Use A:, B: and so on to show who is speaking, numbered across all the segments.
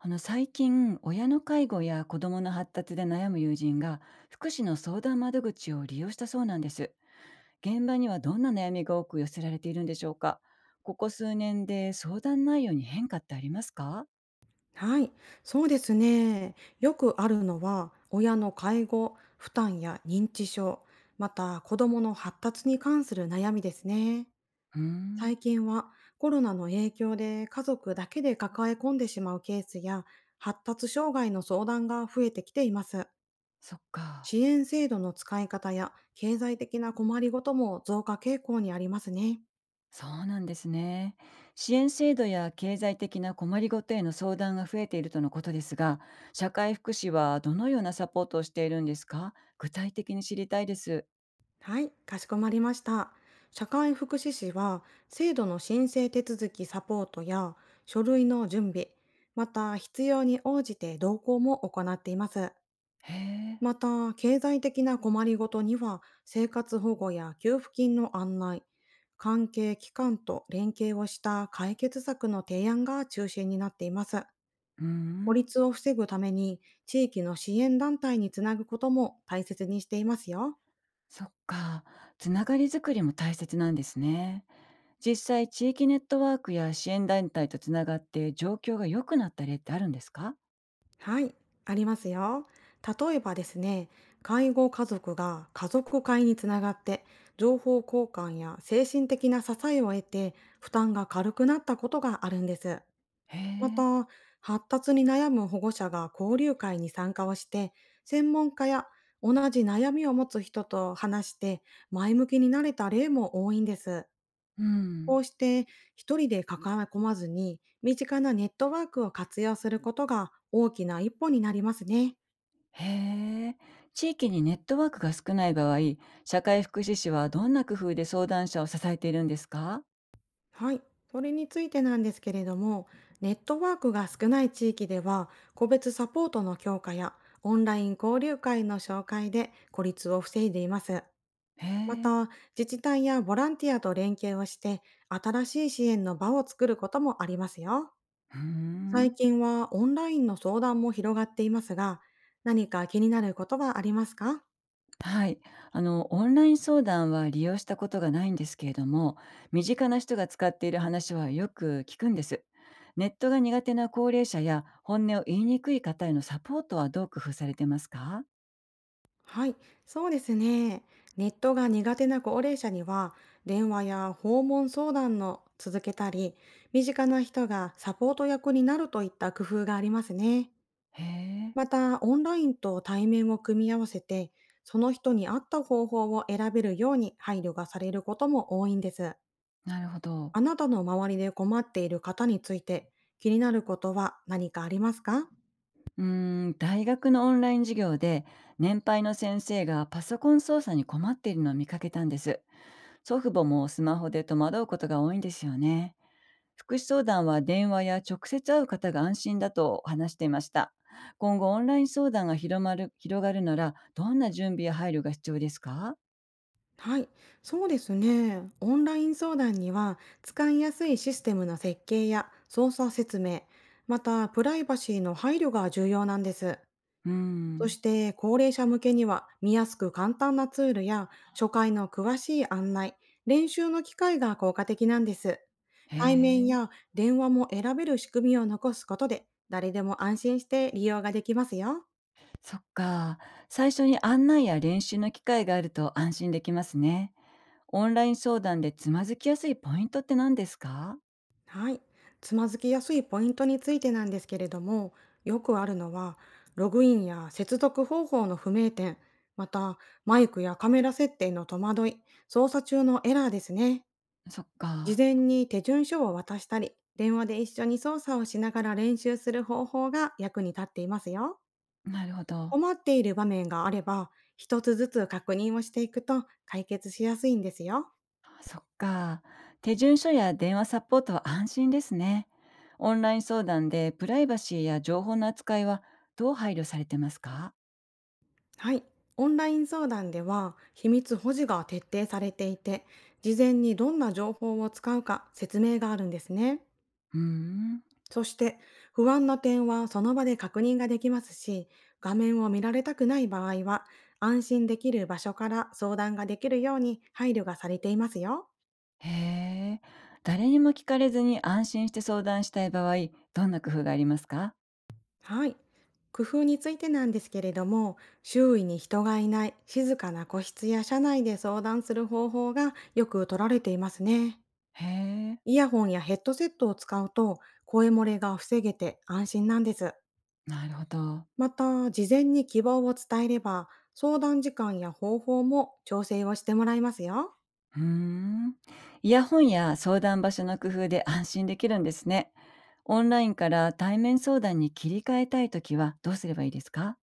A: 最近、親の介護や子どもの発達で悩む友人が福祉の相談窓口を利用したそうなんです。現場にはどんな悩みが多く寄せられているんでしょうか？ここ数年で相談内容に変化ってありますか？
B: はい、そうですね。よくあるのは、親の介護、負担や認知症、また子供の発達に関する悩みですね。
A: うーん。
B: 最近はコロナの影響で家族だけで抱え込んでしまうケースや、発達障害の相談が増えてきています。
A: そっか。
B: 支援制度の使い方や経済的な困りごとも増加傾向にありますね。
A: そうなんですね。支援制度や経済的な困りごとへの相談が増えているとのことですが、社会福祉はどのようなサポートをしているんですか？具体的に知りたいです。
B: はい、かしこまりました。社会福祉士は、制度の申請手続きサポートや書類の準備、また必要に応じて同行も行っています。
A: へえ。
B: また、経済的な困りごとには、生活保護や給付金の案内、関係機関と連携をした解決策の提案が中心になっています。
A: うー
B: 孤
A: ん。
B: 立を防ぐために、地域の支援団体につなぐことも大切にしていますよ。
A: そっか。つながりづくりも大切なんですね。実際、地域ネットワークや支援団体とつながって状況が良くなった例ってあるんですか？
B: はい、ありますよ。例えばですね、介護家族が家族会につながって、情報交換や精神的な支えを得て、負担が軽くなったことがあるんです。
A: へ
B: ま
A: え。
B: た、発達に悩む保護者が交流会に参加をして、専門家や同じ悩みを持つ人と話して、前向きになれた例も多いんです。
A: うん。
B: こうして一人で抱え込まずに、身近なネットワークを活用することが大きな一歩になりますね。
A: へえ。地域にネットワークが少ない場合、社会福祉士はどんな工夫で相談者を支えているんですか？
B: はい。それについてなんですけれども、ネットワークが少ない地域では、個別サポートの強化やオンライン交流会の紹介で孤立を防いでいます。
A: へ
B: ま
A: え。
B: た、自治体やボランティアと連携をして、新しい支援の場を作ることもありますよ。
A: うー
B: 最
A: ん。
B: 近はオンラインの相談も広がっていますが、何か気になることはありますか？
A: はい。あの、オンライン相談は利用したことがないんですけれども、身近な人が使っている話はよく聞くんです。ネットが苦手な高齢者や本音を言いにくい方へのサポートはどう工夫されてますか？
B: はい、そうですね。ネットが苦手な高齢者には、電話や訪問相談の続けたり、身近な人がサポート役になるといった工夫がありますね。
A: へえ、
B: また、オンラインと対面を組み合わせて、その人に合った方法を選べるように配慮がされることも多いんです。
A: なるほど。
B: あなたの周りで困っている方について気になることは何かありますか？
A: うーん、大学のオンライン授業で年配の先生がパソコン操作に困っているのを見かけたんです。祖父母もスマホで戸惑うことが多いんですよね。福祉相談は電話や直接会う方が安心だと話していました。今後オンライン相談が広がるならどんな準備や配慮が必要ですか？
B: はい、そうですね。オンライン相談には使いやすいシステムの設計や操作説明、またプライバシーの配慮が重要なんです。
A: うー
B: そ
A: ん。
B: して高齢者向けには見やすく簡単なツールや初回の詳しい案内、練習の機会が効果的なんです。
A: へ
B: 対面
A: え、
B: や電話も選べる仕組みを残すことで誰でも安心して利用ができますよ。
A: そっか。最初に案内や練習の機会があると安心できますね。オンライン相談でつまずきやすいポイントって何ですか？
B: はい。つまずきやすいポイントについてなんですけれども、よくあるのは、ログインや接続方法の不明点、また、マイクやカメラ設定の戸惑い、操作中のエラーですね。
A: そっ
B: 事
A: か。
B: 前に手順書を渡したり、電話で一緒に操作をしながら練習する方法が役に立っていますよ。
A: なるほど。
B: 困っている場面があれば、一つずつ確認をしていくと解決しやすいんですよ。
A: あ、そっか。手順書や電話サポートは安心ですね。オンライン相談でプライバシーや情報の扱いはどう配慮されてますか？
B: はい。オンライン相談では秘密保持が徹底されていて、事前にどんな情報を使うか説明があるんですね。
A: うーん。
B: そして不安な点はその場で確認ができますし、画面を見られたくない場合は安心できる場所から相談ができるように配慮がされていますよ。
A: へえ。誰にも聞かれずに安心して相談したい場合、どんな工夫がありますか？
B: はい。工夫についてなんですけれども、周囲に人がいない静かな個室や車内で相談する方法がよく取られていますね。
A: へえ。
B: イヤホンやヘッドセットを使うと声漏れが防げて安心なんです。
A: なるほど。
B: また、事前に希望を伝えれば相談時間や方法も調整をしてもらいますよ。
A: うーん。イヤホンや相談場所の工夫で安心できるんですね。オンラインから対面相談に切り替えたいときはどうすればいいですか？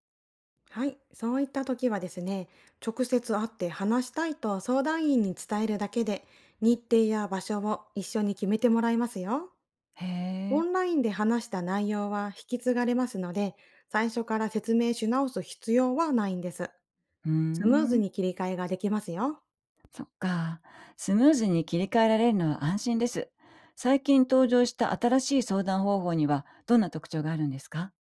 B: はい、そういった時はですね、直接会って話したいと相談員に伝えるだけで日程や場所を一緒に決めてもらいますよ。
A: へ
B: オ
A: え。
B: ンラインで話した内容は引き継がれますので、最初から説明し直す必要はないんです。
A: うー
B: スムーズ
A: ん。
B: に切り替えができますよ。
A: そっか。スムーズに切り替えられるのは安心です。最近登場した新しい相談方法にはどんな特徴があるんですか？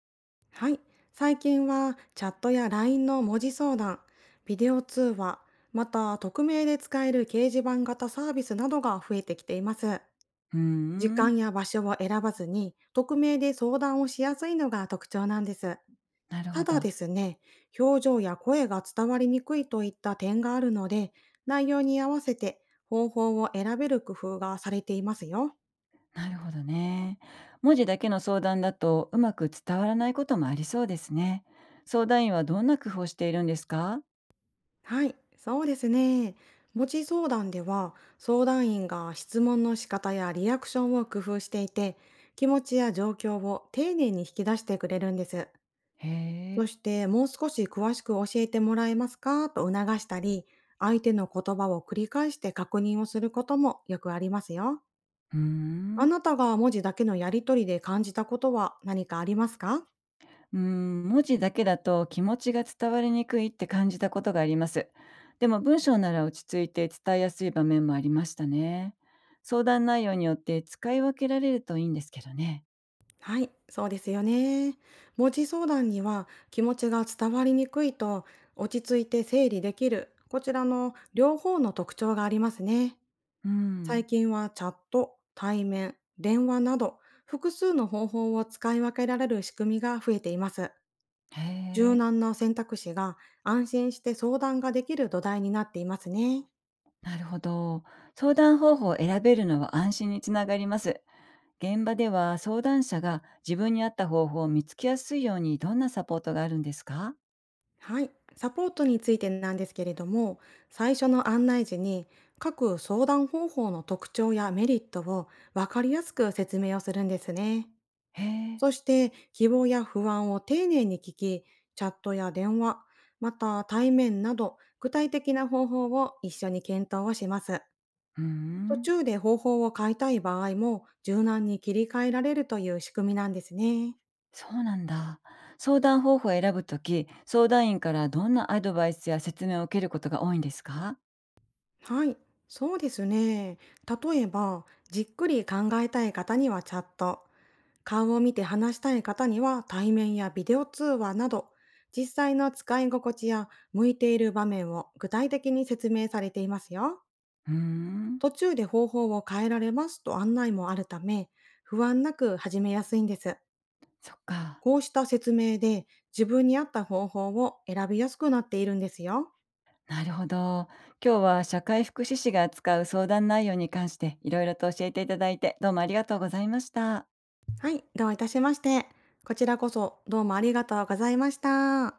B: はい。最近はチャットや LINE の文字相談、ビデオ通話、また匿名で使える掲示板型サービスなどが増えてきています。
A: うー
B: 時
A: ん、
B: 間や場所を選ばずに匿名で相談をしやすいのが特徴なんです。
A: なる
B: た
A: ほ
B: だで
A: ど。
B: すね、表情や声が伝わりにくいといった点があるので、内容に合わせて方法を選べる工夫がされていますよ。
A: なるほどね。文字だけの相談だとうまく伝わらないこともありそうですね。相談員はどんな工夫をしているんですか？
B: はい、そうですね。母子相談では、相談員が質問の仕方やリアクションを工夫していて、気持ちや状況を丁寧に引き出してくれるんです。
A: へえ。
B: そして、もう少し詳しく教えてもらえますかと促したり、相手の言葉を繰り返して確認をすることもよくありますよ。
A: うー
B: あ
A: ん。
B: なたが文字だけのやりとりで感じたことは何かありますか？
A: うーん、文字だけだと気持ちが伝わりにくいって感じたことがあります。でも文章なら落ち着いて伝えやすい場面もありましたね。相談内容によって使い分けられるといいんですけどね。
B: はい、そうですよね。文字相談には気持ちが伝わりにくいと落ち着いて整理できるこちらの両方の特徴がありますね。
A: う
B: 最
A: ん。
B: 近はチャット、対面、電話など複数の方法を使い分けられる仕組みが増えています。
A: へ
B: 柔
A: え。
B: 軟な選択肢が安心して相談ができる土台になっていますね。
A: なるほど。相談方法を選べるのは安心につながります。現場では相談者が自分に合った方法を見つけやすいようにどんなサポートがあるんですか？
B: はい、サポートについてなんですけれども、最初の案内時に各相談方法の特徴やメリットを分かりやすく説明をするんですね。
A: へえ。
B: そして希望や不安を丁寧に聞き、チャットや電話、また対面など具体的な方法を一緒に検討をします。
A: うー
B: 途
A: ん。
B: 中で方法を変えたい場合も柔軟に切り替えられるという仕組みなんですね。
A: そうなんだ。相談方法を選ぶとき、相談員からどんなアドバイスや説明を受けることが多いんですか？
B: はい、そうですね。例えば、じっくり考えたい方にはチャット、顔を見て話したい方には対面やビデオ通話など、実際の使い心地や向いている場面を具体的に説明されていますよ。
A: うーん、
B: 途中で方法を変えられますと案内もあるため、不安なく始めやすいんです。
A: そっか。
B: こうした説明で自分に合った方法を選びやすくなっているんですよ。
A: なるほど。今日は社会福祉士が扱う相談内容に関していろいろと教えていただいて、どうもありがとうございました。
B: はい、どういたしまして。こちらこそどうもありがとうございました。